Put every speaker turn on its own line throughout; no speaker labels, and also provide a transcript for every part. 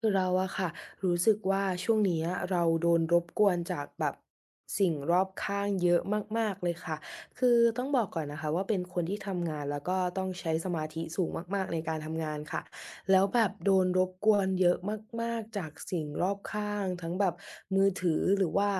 คือเราอะค่ะรู้สึกว่าช่วงเนี้ยเราโดนรบกวนจากแบบสิ่งรอบข้างเยอะมากๆเลยค่ะคือต้องบอกก่อนนะคะว่าเป็นคนที่ทำงานแล้วก็ต้องใช้สมาธิสูงมากๆในการทำงานค่ะแล้วแบบโดนรบกวนเยอะมากๆจากสิ่งรอบข้างทั้งแบบมือถือหรือว่า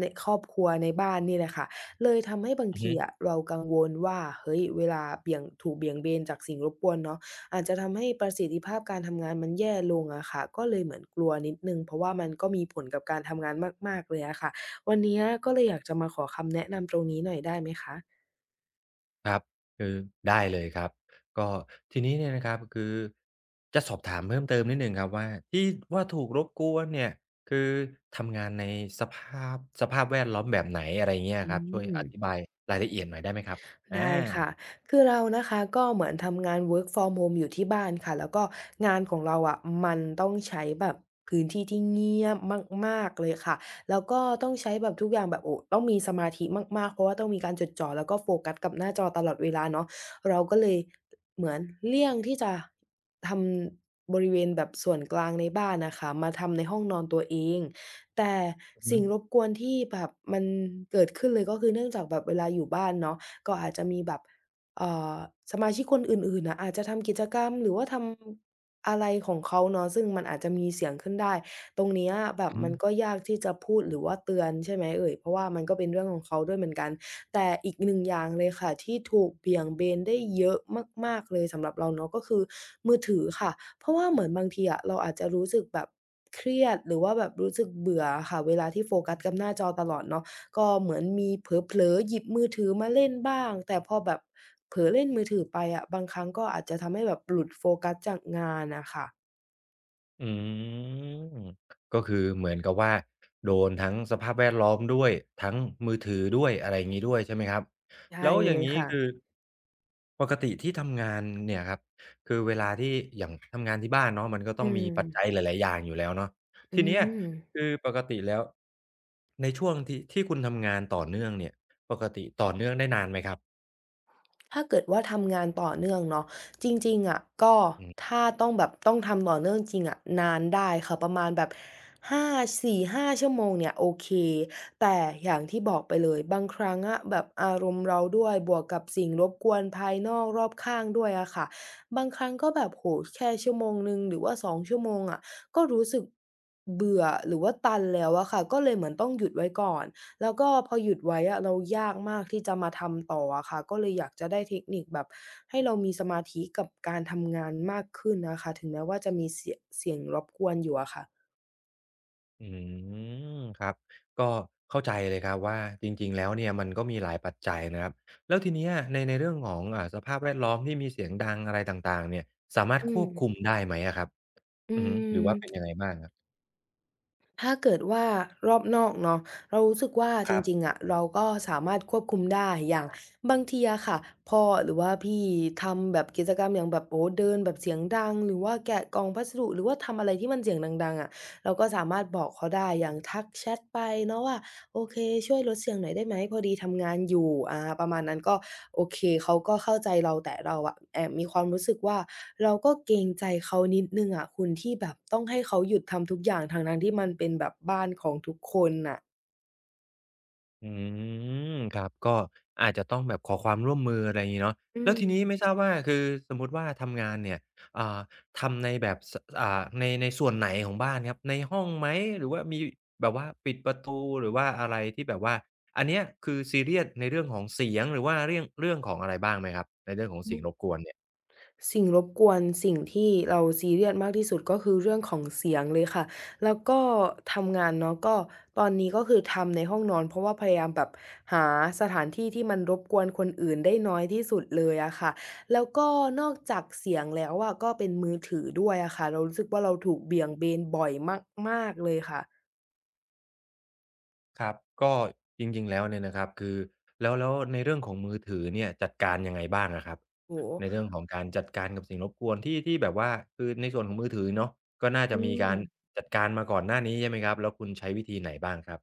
ในครอบครัวในบ้านนี่แหละค่ะเลยทำให้บาง
อือ
ที
ฮึ
อะเรากังวลว่าเฮ้ยเวลาเบี่ยงถูกเบี่ยงเบนจากสิ่งรบกวนเนาะ อาจจะทำให้ประสิทธิภาพการทำงานมันแย่ลงอะค่ะก็เลยเหมือนกลัวนิดหนึ่งเพราะว่ามันก็มีผลกับการทำงานมากๆเลยอะค่ะวันเนี้ยก็เลยอยากจะมาขอคำแนะนำตรงนี้หน่อยได้ไหมคะ
ครับคือได้เลยครับก็ทีนี้เนี่ยนะครับคือจะสอบถามเพิ่มเติมนิดหนึ่งครับว่าที่ว่าถูกรบกวนเนี่ยคือทำงานในสภาพสภาพแวดล้อมแบบไหนอะไรเงี้ย
อื
ครับช่วย
ม
อธิบายรายละเอียดหน่อยได้ไหมครับอา
ได้ค่ะ คือเรานะคะก็เหมือนทำงาน work from home อยู่ที่บ้านค่ะ แล้วก็งานของเราอะมันต้องใช้แบบพื้นที่ที่เงียบมากๆเลยค่ะ แล้วก็ต้องใช้แบบทุกอย่างแบบโอ้ต้องมีสมาธิมากๆเพราะว่าต้องมีการจดจ่อแล้วก็โฟกัสกับหน้าจอตลอดเวลาเนาะเราก็เลยเหมือนเลี่ยงที่จะทำบริเวณแบบส่วนกลางในบ้านน่ะค่ะมาทำในห้องนอนตัวเอง แต่
อือฮึ
สิ่งรบกวนที่แบบมันเกิดขึ้นเลยก็คือเนื่องจากแบบเวลาอยู่บ้านเนาะ ก็อาจจะมีแบบเอ่อสมาชิกคนอื่นๆน่ะอาจจะทำกิจกรรมหรือว่าทำอะไรของเขาเนาะซึ่งมันอาจจะมีเสียงขึ้นได้ตรงเนี้ยแบบ
อือ
มั
ฮึ
นก็ยากที่จะพูดหรือว่าเตือนใช่ไหมเอ่ยเพราะว่ามันก็เป็นเรื่องของเขาด้วยเหมือนกันแต่อีกหนึ่งอย่างเลยค่ะที่ถูกเบี่ยงเบนได้เยอะมากๆเลยสำหรับเราเนาะก็คือมือถือค่ะเพราะว่าเหมือนบางทีอะเราอาจจะรู้สึกแบบเครียดหรือว่าแบบรู้สึกเบื่ออะค่ะเวลาที่โฟกัสกับหน้าจอตลอดเนาะ ก็เหมือนมีเผลอๆหยิบมือถือมาเล่นบ้าง แต่พอแบบเผลอเล่นมือถือไปอะบางครั้งก็อาจจะทำให้แบบหลุดโฟกัสจากงานน่ะค่ะ
อืมก็คือเหมือนกับว่าโดนทั้งสภาพแวดล้อมด้วยทั้งมือถือด้วยอะไรอย่างงี้ด้วยใช่ไหมครับแล้
ใช่
วอย่า
เล
ง
ย
งี้
ค่ะ
คือปกติที่ทำงานเนี่ยครับคือเวลาที่อย่างทำงานที่บ้านเนาะมันก็ต้อ
อื
ง
ม
มีปัจจัยหลายๆอย่างอยู่แล้วเนาะ
อื
ทีเนี้ย
ม
คือปกติแล้วในช่วงที่คุณทำงานต่อเนื่องเนี่ยปกติต่อเนื่องได้นานไหมครับ
ถ้าเกิดว่าทำงานต่อเนื่องเนาะจริงๆอะก็
อืม
ถ้าต้องแบบต้องทำต่อเนื่องจริงอะนานได้ค่ะประมาณแบบห้า4-5 ชั่วโมงเนี่ยโอเคแต่อย่างที่บอกไปเลยบางครั้งอะแบบอารมณ์เราด้วยบวกกับสิ่งรบกวนภายนอกรอบข้างด้วยอะค่ะบางครั้งก็แบบโอ้โฮแค่1 ชั่วโมงหรือว่า2 ชั่วโมงอะก็รู้สึกเบื่อหรือว่าตันแล้วอะค่ะก็เลยเหมือนต้องหยุดไว้ก่อน แล้วก็พอหยุดไว้อะเรายากมากที่จะมาทำต่ออะค่ะก็เลยอยากจะได้เทคนิคแบบให้เรามีสมาธิกับการทำงานมากขึ้นนะคะถึงแม้ว่าจะมีเสียงรบกวนอยู่อะค่ะ
อืมครับก็เข้าใจเลยครับว่าจริงๆแล้วเนี่ยมันก็มีหลายปัจจัยนะครับแล้วทีเนี้ยในเรื่องของสภาพแวดล้อมที่มีเสียงดังอะไรต่างๆเนี่ยสามารถ
อื
ค
ม
วบคุมได้ไหมอะครับ
อื
อือฮึหรือว่าเป็นยัง
ม
ไงบ้างครับ
ถ้าเกิดว่ารอบนอกเนาะเรารู้สึกว่า
ค
จ
รั
ริง
บ
ๆอะเราก็สามารถควบคุมได้อย่างบางทีอะค่ะพ่อหรือว่าพี่ทำแบบกิจกรรมอย่างแบบโอ้โฮเดินแบบเสียงดังหรือว่าแกะกล่องพัสดุหรือว่าทำอะไรที่มันเสียงดังๆอะเราก็สามารถบอกเขาได้อย่างทักแชตไปเนาะว่า โอเคช่วยลดเสียงหน่อยได้ไหมพอดีทำงานอยู่อาประมาณนั้นก็โอเคเขาก็เข้าใจเราแต่เราอะแอบมีความรู้สึกว่าเราก็เกรงใจเขานิดหนึ่งอะคุณที่แบบต้องให้เขาหยุดทำทุกอย่างทั้งๆที่มันเป็นแบบบ้านของทุกคนน่ะ
อืมครับก็อาจจะต้องแบบขอความร่วมมืออะไรงี้เนาะ
อื
แล้วทีนี้ไม่
ม
ทราบว่าคือสมมุติว่าทำงานเนี่ยอ่าทำในแบบสอ่าในในส่วนไหนของบ้านครับในห้องไหมหรือว่ามีแบบว่าปิดประตูหรือว่าอะไรที่แบบว่าอันเนี้ยคือซีเรียสในเรื่องของเสียงหรือว่าเรื่องของอะไรบ้างไหมครับในเรื่องของเสียงรบกวนเนี่ย
สิ่งรบกวนสิ่งที่เราซีเรียสมากที่สุดก็คือเรื่องของเสียงเลยค่ะแล้วก็ทำงานเนาะก็ตอนนี้ก็คือทำในห้องนอนเพราะว่าพยายามแบบหาสถานที่ที่มันรบกวนคนอื่นได้น้อยที่สุดเลยอะค่ะแล้วก็นอกจากเสียงแล้วอะก็เป็นมือถือด้วยอะค่ะเรารู้สึกว่าเราถูกเบี่ยงเบนบ่อยมากๆเลยค่ะ
ครับก็จริงๆแล้วเนี่ยนะครับคือแล้วในเรื่องของมือถือเนี่ยจัดการยังไงบ้างอะครับ
โอ้โ
ใน
ฮ
เรื่องของการจัดการกับสิ่งรบกวนที่แบบว่าคือในส่วนของมือถือเนาะก็น่า
อื
จะมีการ
ม
จัดการมาก่อนหน้านี้ใช่ไหมครับแล้วคุณใช้วิธีไหนบ้างครับ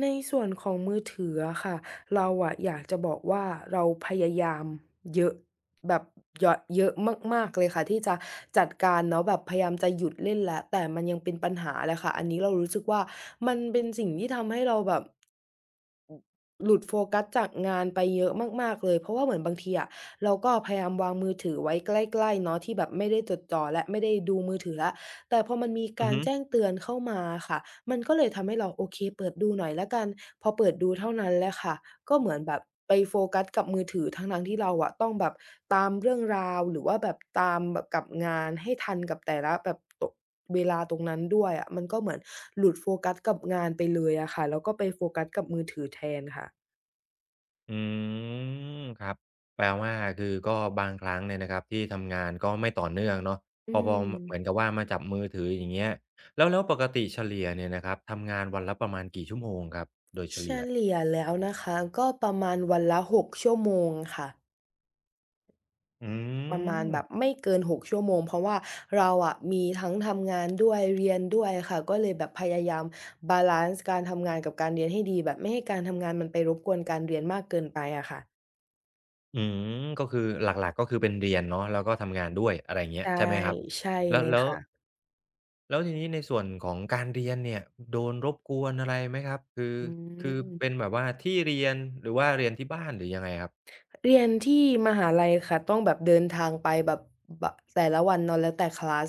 ในส่วนของมือถืออะค่ะเราอะอยากจะบอกว่าเราพยายามเยอะแบบเยาะเยอะมากๆเลยค่ะที่จะจัดการเนาะแบบพยายามจะหยุดเล่นแล้วแต่มันยังเป็นปัญหาแหละค่ะอันนี้เรารู้สึกว่ามันเป็นสิ่งที่ทำให้เราแบบหลุดโฟกัสจากงานไปเยอะมากๆเลยเพราะว่าเหมือนบางทีอะเราก็พยายามวางมือถือไว้ใกล้ๆเนาะที่แบบไม่ได้จดจ่อและไม่ได้ดูมือถือแล้วแต่พอมันมี
อือ
การ
ฮึ
แจ้งเตือนเข้ามาอะค่ะ มันก็เลยทำให้เราโอเคเปิดดูหน่อยแล้วกันพอเปิดดูเท่านั้นแหละค่ะก็เหมือนแบบไปโฟกัสกับมือถือทั้งๆที่เราอะต้องแบบตามเรื่องราวหรือว่าแบบตามแบบกับงานให้ทันกับแต่ละแบบตเวลาตรงนั้นด้วยอะมันก็เหมือนหลุดโฟกัสกับงานไปเลยอะค่ะแล้วก็ไปโฟกัสกับมือถือแทนค่ะ
อืมครับแปลว่าคือก็บางครั้งเนี่ยนะครับที่ทำงานก็ไม่ต่อเนื่องเนาะ
อื
พอพอ
ม
มเหมือนกับว่ามาจับมือถืออย่างเงี้ยแล้วปกติเฉลี่ยเนี่ยนะครับทำงานวันละประมาณกี่ชั่วโมงครับโดยเฉ
เฉ
ลี่ย
ลี่ยแล้วนะคะก็ประมาณวันละ6 ชั่วโมงค่ะ
อื
ประมาณแบบ
ม
ไม่เกิน6ชั่วโมงเพราะว่าเราอะมีทั้งทำงานด้วยเรียนด้วยค่ะก็เลยแบบพยายามบาลันซ์การทำงานกับการเรียนให้ดีแบบไม่ให้การทำงานมันไปรบกวนการเรียนมากเกินไปอะค่ะ
อืมก็คือหลักๆก็คือเป็นเรียนเนาะแล้วก็ทำงานด้วยอะไรอย่างเงี้ย
ใช่
ใช่ไหมครับ
ใช่
แล้ว
เลย
แล้ว
ค่ะ
แล้วทีนี้ในส่วนของการเรียนเนี่ยโดนรบกวนอะไรไหมครับคือ
อื
คือเป็น
ม
แบบว่าที่เรียนหรือว่าเรียนที่บ้านหรือยังไงครับ
เรียนที่มหาลัยค่ะต้องแบบเดินทางไปแบบบแต่ละวันเนาะแล้วแต่คลาส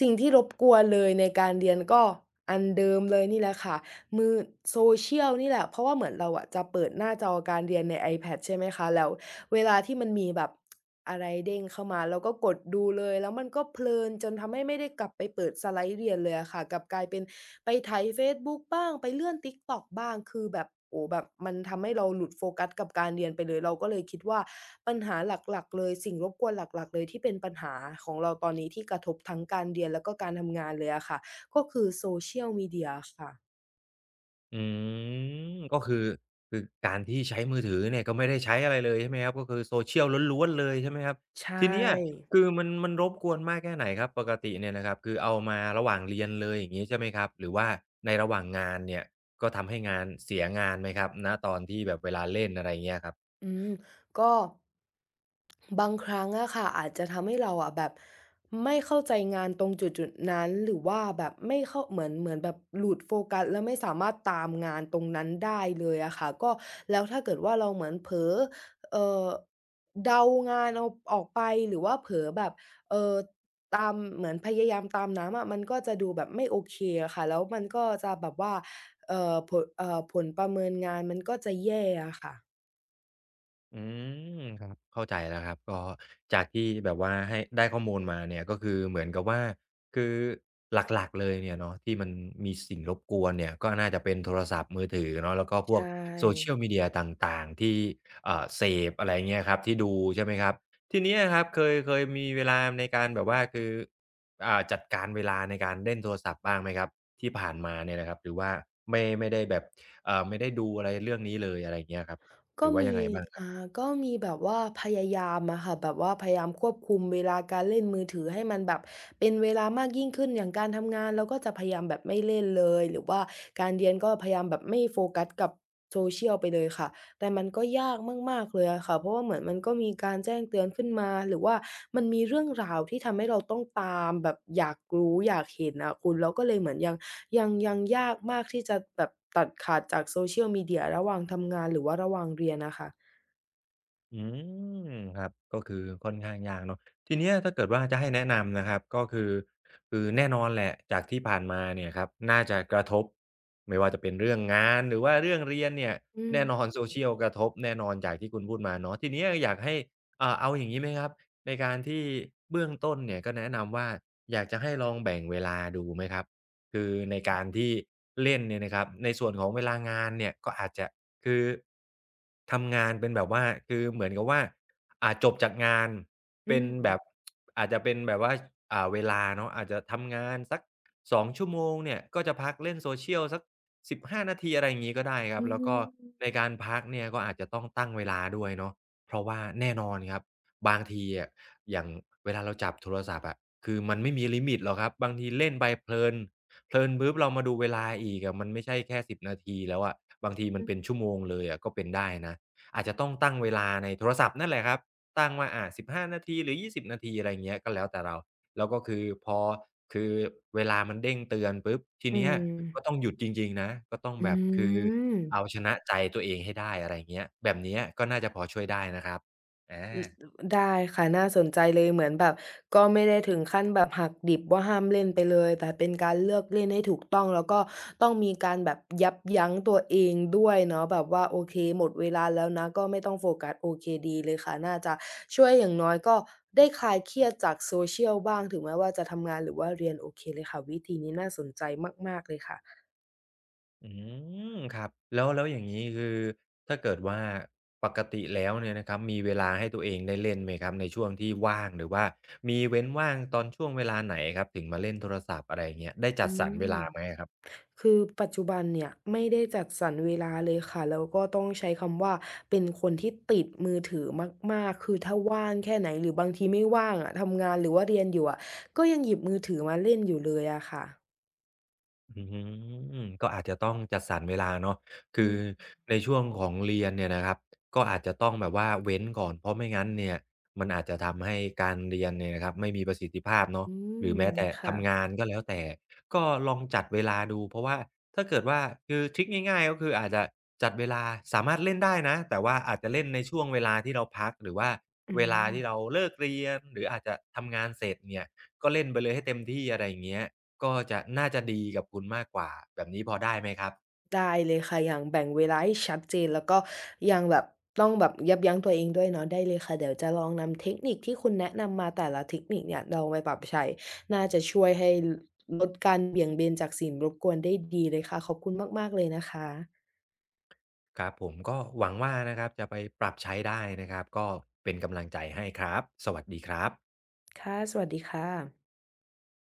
สิ่งที่รบกวนเลยในการเรียนก็อันเดิมเลยนี่แหละค่ะมือ Social นี่แหละเพราะว่าเหมือนเราอะจะเปิดหน้าจอการเรียนใน iPad ใช่ไหมคะแล้วเวลาที่มันมีแบบ อะไรเด้งเข้ามาเราก็กดดูเลยแล้วมันก็เพลินจนทำให้ไม่ได้กลับไปเปิดสไลด์เรียนเลยอะค่ะกลับกลายเป็นไปไถเฟซบุ๊กบ้างไปเลื่อน TikTok บ้างคือแบบโอ้แบบมันทำให้เราหลุดโฟกัสกับการเรียนไปเลยเราก็เลยคิดว่าปัญหาหลักๆเลยสิ่งรบกวนหลักๆเลยที่เป็นปัญหาของเราตอนนี้ที่กระทบทั้งการเรียนแล้วก็การทำงานเลยอะค่ะก็คือ Social Media ค่ะ
อืมก็คือการที่ใช้มือถือเนี่ยก็ไม่ได้ใช้อะไรเลยใช่ไหมครับก็คือโซเชียลล้วนๆเลยใช่ไหมครับ
ใช
ทีเนี้ย
่
คือมันรบกวนมากแค่ไหนครับปกติเนี่ยนะครับคือเอามาระหว่างเรียนเลยอย่างงี้ใช่ไหมครับหรือว่าในระหว่างงานเนี่ยก็ทำให้งานเสียงานไหมครับณตอนที่แบบเวลาเล่นอะไรเงี้ยครับ
อืมก็ บางครั้งอะค่ะอาจจะทำให้เราอะแบบไม่เข้าใจงานตรงจุดๆนั้นหรือว่าแบบไม่เข้าเหมือนแบบหลุดโฟกัสแล้วไม่สามารถตามงานตรงนั้นได้เลยอะค่ะก็แล้วถ้าเกิดว่าเราเหมือนเผลอเอ่อเดางานเอาออกไปหรือว่าเผลอแบบเอ่อตามเหมือนพยายามตามน้ำอะมันก็จะดูแบบไม่โอเคอะค่ะแล้วมันก็จะแบบว่าเอ่อผลผลประเมินงานมันก็จะแย่อะค่ะ
อืมครับเข้าใจแล้วครับก็จากที่แบบว่าให้ได้ข้อมูลมาเนี่ยก็คือเหมือนกับว่าคือหลักๆเลยเนี่ยเนาะที่มันมีสิ่งรบกวนเนี่ยก็น่าจะเป็นโทรศัพท์มือถือเนาะแล้วก็พวก
ใช่
Social Media ต่างๆที่เสพอะไรเงี้ยครับที่ดูใช่ไหมครับทีเนี้ยครับเคยมีเวลาในการแบบว่าคือจัดการเวลาในการเล่นโทรศัพท์บ้างไหมครับที่ผ่านมาเนี่ยนะครับหรือว่าไม่ได้แบบไม่ได้ดูอะไรเรื่องนี้เลยอะไรเงี้ยครับห
ก็
รือว่ายั
มี
งไงบ้าง
อ่าก็มีแบบว่าพยายามอะค่ะแบบว่าพยายามควบคุมเวลาการเล่นมือถือให้มันแบบเป็นเวลามากยิ่งขึ้นอย่างการทำงานเราก็จะพยายามแบบไม่เล่นเลยหรือว่าการเรียนก็พยายามแบบไม่โฟกัสกับ Social ไปเลยค่ะแต่มันก็ยากมากๆเลยอะค่ะเพราะว่าเหมือนมันก็มีการแจ้งเตือนขึ้นมาหรือว่ามันมีเรื่องราวที่ทำให้เราต้องตามแบบอยากรู้อยากเห็นอะคุณเราก็เลยเหมือนยัง ยังยากมากที่จะแบบตัดขาดจาก social media ระหว่างทำงานหรือว่าระหว่างเรียนอะค่ะ
อืมครับก็คือค่อนข้างยากเนาะทีเนี้ยถ้าเกิดว่าจะให้แนะนำนะครับก็คือคือแน่นอนแหละจากที่ผ่านมาเนี่ยครับน่าจะกระทบไม่ว่าจะเป็นเรื่องงานหรือว่าเรื่องเรียนเนี่ย
อืม
แน่นอน social กระทบแน่นอนจากที่คุณพูดมาเนาะทีเนี้ยอยากให้เอาอย่างงี้ไหมครับในการที่เบื้องต้นเนี่ยก็แนะนำว่าอยากจะให้ลองแบ่งเวลาดูไหมครับคือในการที่เล่นเนี่ยนะครับในส่วนของเวลางานเนี่ยก็อาจจะ คือทำงานเป็นแบบว่าคือเหมือนกับว่าจบจากงาน
อื
เป็น
ม
แบบอาจจะเป็นแบบว่าเวลาเนาะอาจจะทำงานสัก2ชั่วโมงเนี่ยก็จะพักเล่น Social สัก15นาทีอะไรอย่างงี้ก็ได้ค
อื
รับแล้วก็
ม
ในการพักเนี่ยก็อาจจะต้องตั้งเวลาด้วยเนาะเพราะว่าแน่นอนครับบางทีอะอย่างเวลาเราจับโทรศัพท์อะคือมันไม่มีลิมิตหรอกครับบางทีเล่นไปเพลิน เพลินปุ๊บเรามาดูเวลาอีกอะมันไม่ใช่แค่10นาทีแล้วอะบางทีมันเป็นชั่วโมงเลยอะก็เป็นได้นะอาจจะต้องตั้งเวลาในโทรศัพท์นั่นแหละครับตั้งว่า15นาทีหรือ20นาทีอะไรอย่างเงี้ยก็แล้วแต่เราแล้วก็คือเวลามันเด้งเตือนปุ๊บที
อื
เนี้ย
ม
ก็ต้องหยุดจริงๆนะก็ต้อง
อื
แบบคือ
ม
เอาชนะใจตัวเองให้ได้อะไรอย่างเงี้ยแบบเนี้ยก็น่าจะพอช่วยได้นะครับอา
ได้ค่ะน่าสนใจเลยเหมือนแบบก็ไม่ได้ถึงขั้นแบบหักดิบว่าห้ามเล่นไปเลยแต่เป็นการเลือกเล่นให้ถูกต้องแล้วก็ต้องมีการแบบยับยั้งตัวเองด้วยเนาะแบบว่าโอเคหมดเวลาแล้วนะก็ไม่ต้องโฟกัสโอเคดีเลยค่ะน่าจะช่วยอย่างน้อยก็ได้คลายเครียดจาก social บ้างถึงแม้ว่าจะทำงานหรือว่าเรียนโอเคเลยค่ะวิธีนี้น่าสนใจมากๆเลยค่ะ
อืมครับแล้วอย่างงี้คือถ้าเกิดว่าปกติแล้วเนี่ยนะครับมีเวลาให้ตัวเองได้เล่นไหมครับในช่วงที่ว่างหรือว่ามีเว้นว่างตอนช่วงเวลาไหนครับถึงมาเล่นโทรศัพท์อะไรอย่างเงี้ยได้จั
อื
ดสรรเวลาไหม
ม
อะครับ
คือปัจจุบันเนี่ยไม่ได้จัดสรรเวลาเลยค่ะแล้วก็ต้องใช้คำว่าเป็นคนที่ติดมือถือมากๆคือถ้าว่างแค่ไหนหรือบางทีไม่ว่างอะทำงานหรือว่าเรียนอยู่อะก็ยังหยิบมือถือมาเล่นอยู่เลยอะค่ะ
อืมก็อาจจะต้องจัดสรรเวลาเนาะ
อื
คือ
ม
ในช่วงของเรียนเนี่ยนะครับก็อาจจะต้องแบบว่าเว้นก่อนเพราะไม่งั้นเนี่ยมันอาจจะทำให้การเรียนเนี่ยนะครับไม่มีประสิทธิภาพเนาะ
อื
ห
ม
รือแม้แต่ทำ
ค่ะ
งานก็แล้วแต่ก็ลองจัดเวลาดูเพราะว่าถ้าเกิดว่าคือทริกง่ายๆก็คืออาจจะจัดเวลาสามารถเล่นได้นะแต่ว่าอาจจะเล่นในช่วงเวลาที่เราพักหรือว่า
อื
เวลาที่เรา
ม
เลิกเรียนหรืออาจจะทำงานเสร็จเนี่ยก็เล่นไปเลยให้เต็มที่อะไรอย่างเงี้ย ก็จะน่าจะดีกับคุณมากกว่าแบบนี้พอได้ไหมครับ
ได้เลยค่ะอย่างแบ่งเวลาให้ชัดเจนแล้วก็ยังแบบต้องแบบยับยั้งตัวเองด้วยเนาะได้เลยค่ะเดี๋ยวจะลองนำเทคนิคที่คุณแนะนำมาแต่ละเทคนิคเนี่ยเราไปปรับใช้น่าจะช่วยให้ลดการเบี่ยงเบนจากสิ่งรบกวนได้ดีเลยค่ะขอบคุณมากๆเลยนะคะ
ครับผมก็หวังว่านะครับจะไปปรับใช้ได้นะครับก็เป็นกำลังใจให้ครับสวัสดีครับ
ค่ะสวัสดีค่ะ